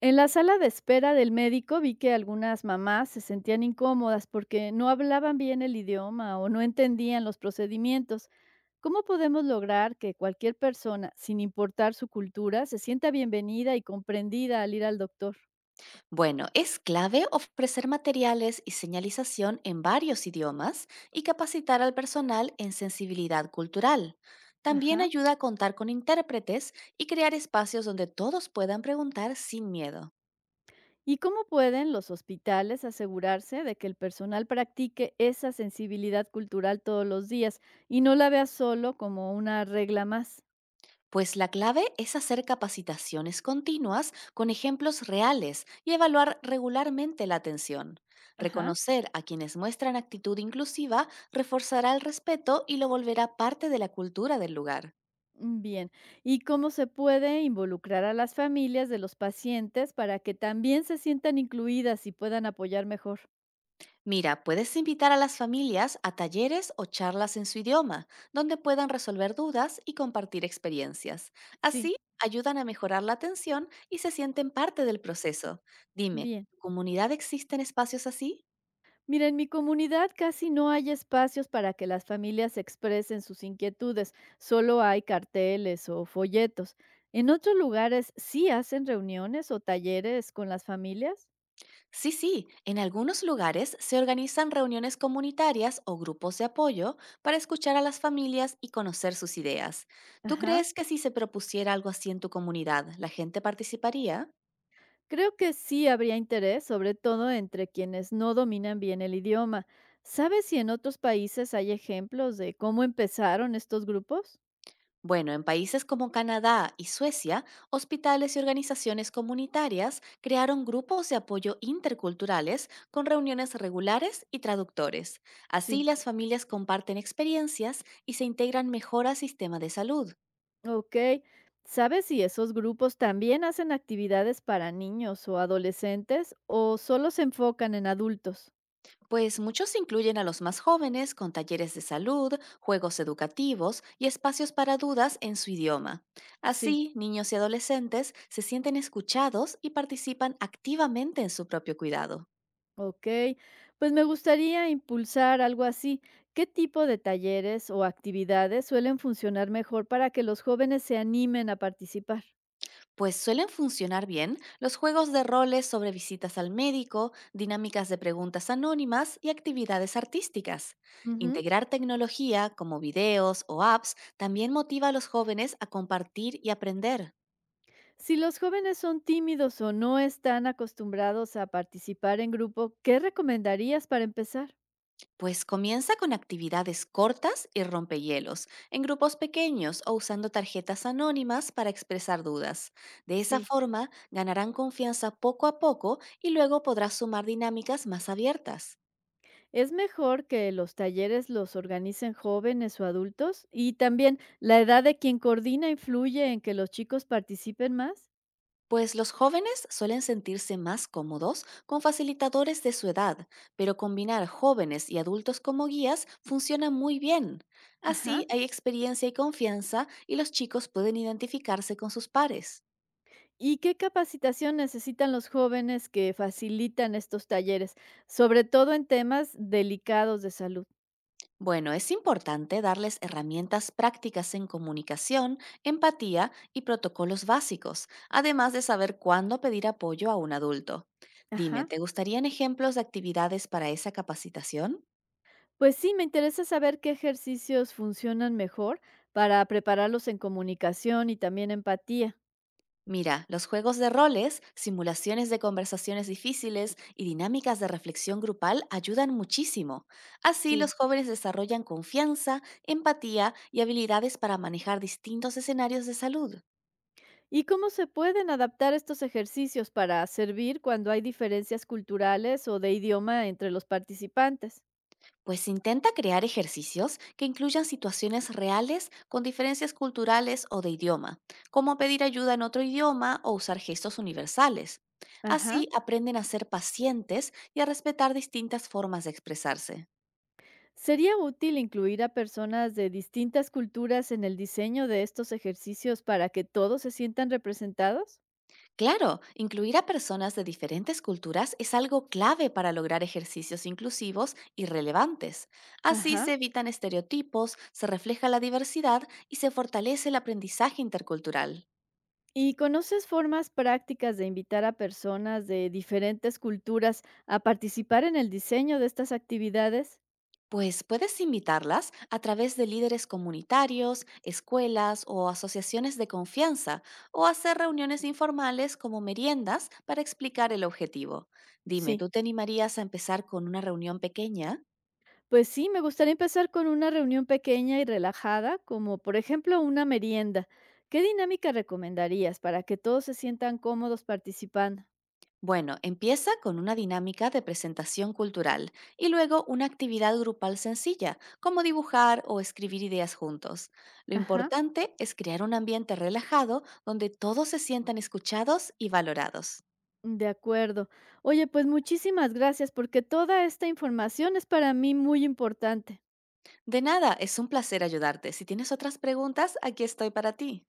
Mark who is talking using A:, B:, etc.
A: En la sala de espera del médico vi que algunas mamás se sentían incómodas porque no hablaban bien el idioma o no entendían los procedimientos. ¿Cómo podemos lograr que cualquier persona, sin importar su cultura, se sienta bienvenida y comprendida al ir al doctor?
B: Bueno, es clave ofrecer materiales y señalización en varios idiomas y capacitar al personal en sensibilidad cultural. También
A: Ajá.
B: ayuda a contar con intérpretes y crear espacios donde todos puedan preguntar sin miedo.
A: ¿Y cómo pueden los hospitales asegurarse de que el personal practique esa sensibilidad cultural todos los días y no la vea solo como una regla más?
B: Pues la clave es hacer capacitaciones continuas con ejemplos reales y evaluar regularmente la atención.
A: Ajá.
B: Reconocer a quienes muestran actitud inclusiva reforzará el respeto y lo volverá parte de la cultura del lugar.
A: Bien, ¿y cómo se puede involucrar a las familias de los pacientes para que también se sientan incluidas y puedan apoyar mejor?
B: Mira, puedes invitar a las familias a talleres o charlas en su idioma, donde puedan resolver dudas y compartir experiencias.
A: Sí,
B: Así, ayudan a mejorar la atención y se sienten parte del proceso. Dime, ¿en
A: bien.
B: ¿tu comunidad existen espacios así?
A: Mira, en mi comunidad casi no hay espacios para que las familias expresen sus inquietudes, solo hay carteles o folletos. ¿En otros lugares sí hacen reuniones o talleres con las familias?
B: Sí, sí, en algunos lugares se organizan reuniones comunitarias o grupos de apoyo para escuchar a las familias y conocer sus ideas. ¿Tú
A: Ajá.
B: crees que si se propusiera algo así en tu comunidad, la gente participaría?
A: Creo que sí habría interés, sobre todo entre quienes no dominan bien el idioma. ¿Sabes si en otros países hay ejemplos de cómo empezaron estos grupos?
B: Bueno, en países como Canadá y Suecia, hospitales y organizaciones comunitarias crearon grupos de apoyo interculturales con reuniones regulares y traductores. Así
A: Sí,
B: las familias comparten experiencias y se integran mejor al sistema de salud.
A: ok. ¿Sabes si esos grupos también hacen actividades para niños o adolescentes o solo se enfocan en adultos?
B: Pues muchos incluyen a los más jóvenes con talleres de salud, juegos educativos y espacios para dudas en su idioma.
A: Sí,
B: Así, niños y adolescentes se sienten escuchados y participan activamente en su propio cuidado.
A: ok. Pues me gustaría impulsar algo así. ¿Qué tipo de talleres o actividades suelen funcionar mejor para que los jóvenes se animen a participar?
B: Pues suelen funcionar bien los juegos de roles sobre visitas al médico, dinámicas de preguntas anónimas y actividades artísticas.
A: Ujú.
B: Integrar tecnología como videos o apps también motiva a los jóvenes a compartir y aprender.
A: Si los jóvenes son tímidos o no están acostumbrados a participar en grupo, ¿qué recomendarías para empezar?
B: Pues comienza con actividades cortas y rompehielos, en grupos pequeños o usando tarjetas anónimas para expresar dudas. De esa
A: Sí,
B: forma, ganarán confianza poco a poco y luego podrás sumar dinámicas más abiertas.
A: es mejor que los talleres los organicen jóvenes o adultos y también la edad de quien coordina influye en que los chicos participen más.
B: Pues los jóvenes suelen sentirse más cómodos con facilitadores de su edad, pero combinar jóvenes y adultos como guías funciona muy bien. Así
A: Ajá.
B: hay experiencia y confianza y los chicos pueden identificarse con sus pares.
A: ¿Y qué capacitación necesitan los jóvenes que facilitan estos talleres, sobre todo en temas delicados de salud?
B: Bueno, es importante darles herramientas prácticas en comunicación, empatía y protocolos básicos, además de saber cuándo pedir apoyo a un adulto. Dime,
A: Ajá.
B: ¿te gustarían ejemplos de actividades para esa capacitación?
A: Pues sí, me interesa saber qué ejercicios funcionan mejor para prepararlos en comunicación y también empatía.
B: Mira, los juegos de roles, simulaciones de conversaciones difíciles y dinámicas de reflexión grupal ayudan muchísimo. Así
A: Sí.
B: los jóvenes desarrollan confianza, empatía y habilidades para manejar distintos escenarios de salud.
A: ¿Y cómo se pueden adaptar estos ejercicios para servir cuando hay diferencias culturales o de idioma entre los participantes?
B: Pues intenta crear ejercicios que incluyan situaciones reales con diferencias culturales o de idioma, como pedir ayuda en otro idioma o usar gestos universales.
A: Ajá.
B: Así aprenden a ser pacientes y a respetar distintas formas de expresarse.
A: ¿Sería útil incluir a personas de distintas culturas en el diseño de estos ejercicios para que todos se sientan representados?
B: Claro, incluir a personas de diferentes culturas es algo clave para lograr ejercicios inclusivos y relevantes. Así
A: Ajá.
B: se evitan estereotipos, se refleja la diversidad y se fortalece el aprendizaje intercultural.
A: ¿Y conoces formas prácticas de invitar a personas de diferentes culturas a participar en el diseño de estas actividades?
B: Pues puedes invitarlas a través de líderes comunitarios, escuelas o asociaciones de confianza, o hacer reuniones informales como meriendas para explicar el objetivo. Dime,
A: Sí.
B: ¿tú te animarías a empezar con una reunión pequeña?
A: Pues sí, me gustaría empezar con una reunión pequeña y relajada, como por ejemplo una merienda. ¿Qué dinámica recomendarías para que todos se sientan cómodos participando?
B: Bueno, empieza con una dinámica de presentación cultural y luego una actividad grupal sencilla, como dibujar o escribir ideas juntos. Lo
A: Ajá,
B: importante es crear un ambiente relajado donde todos se sientan escuchados y valorados.
A: de acuerdo. Oye, pues muchísimas gracias porque toda esta información es para mí muy importante.
B: De nada, es un placer ayudarte. Si tienes otras preguntas, aquí estoy para ti.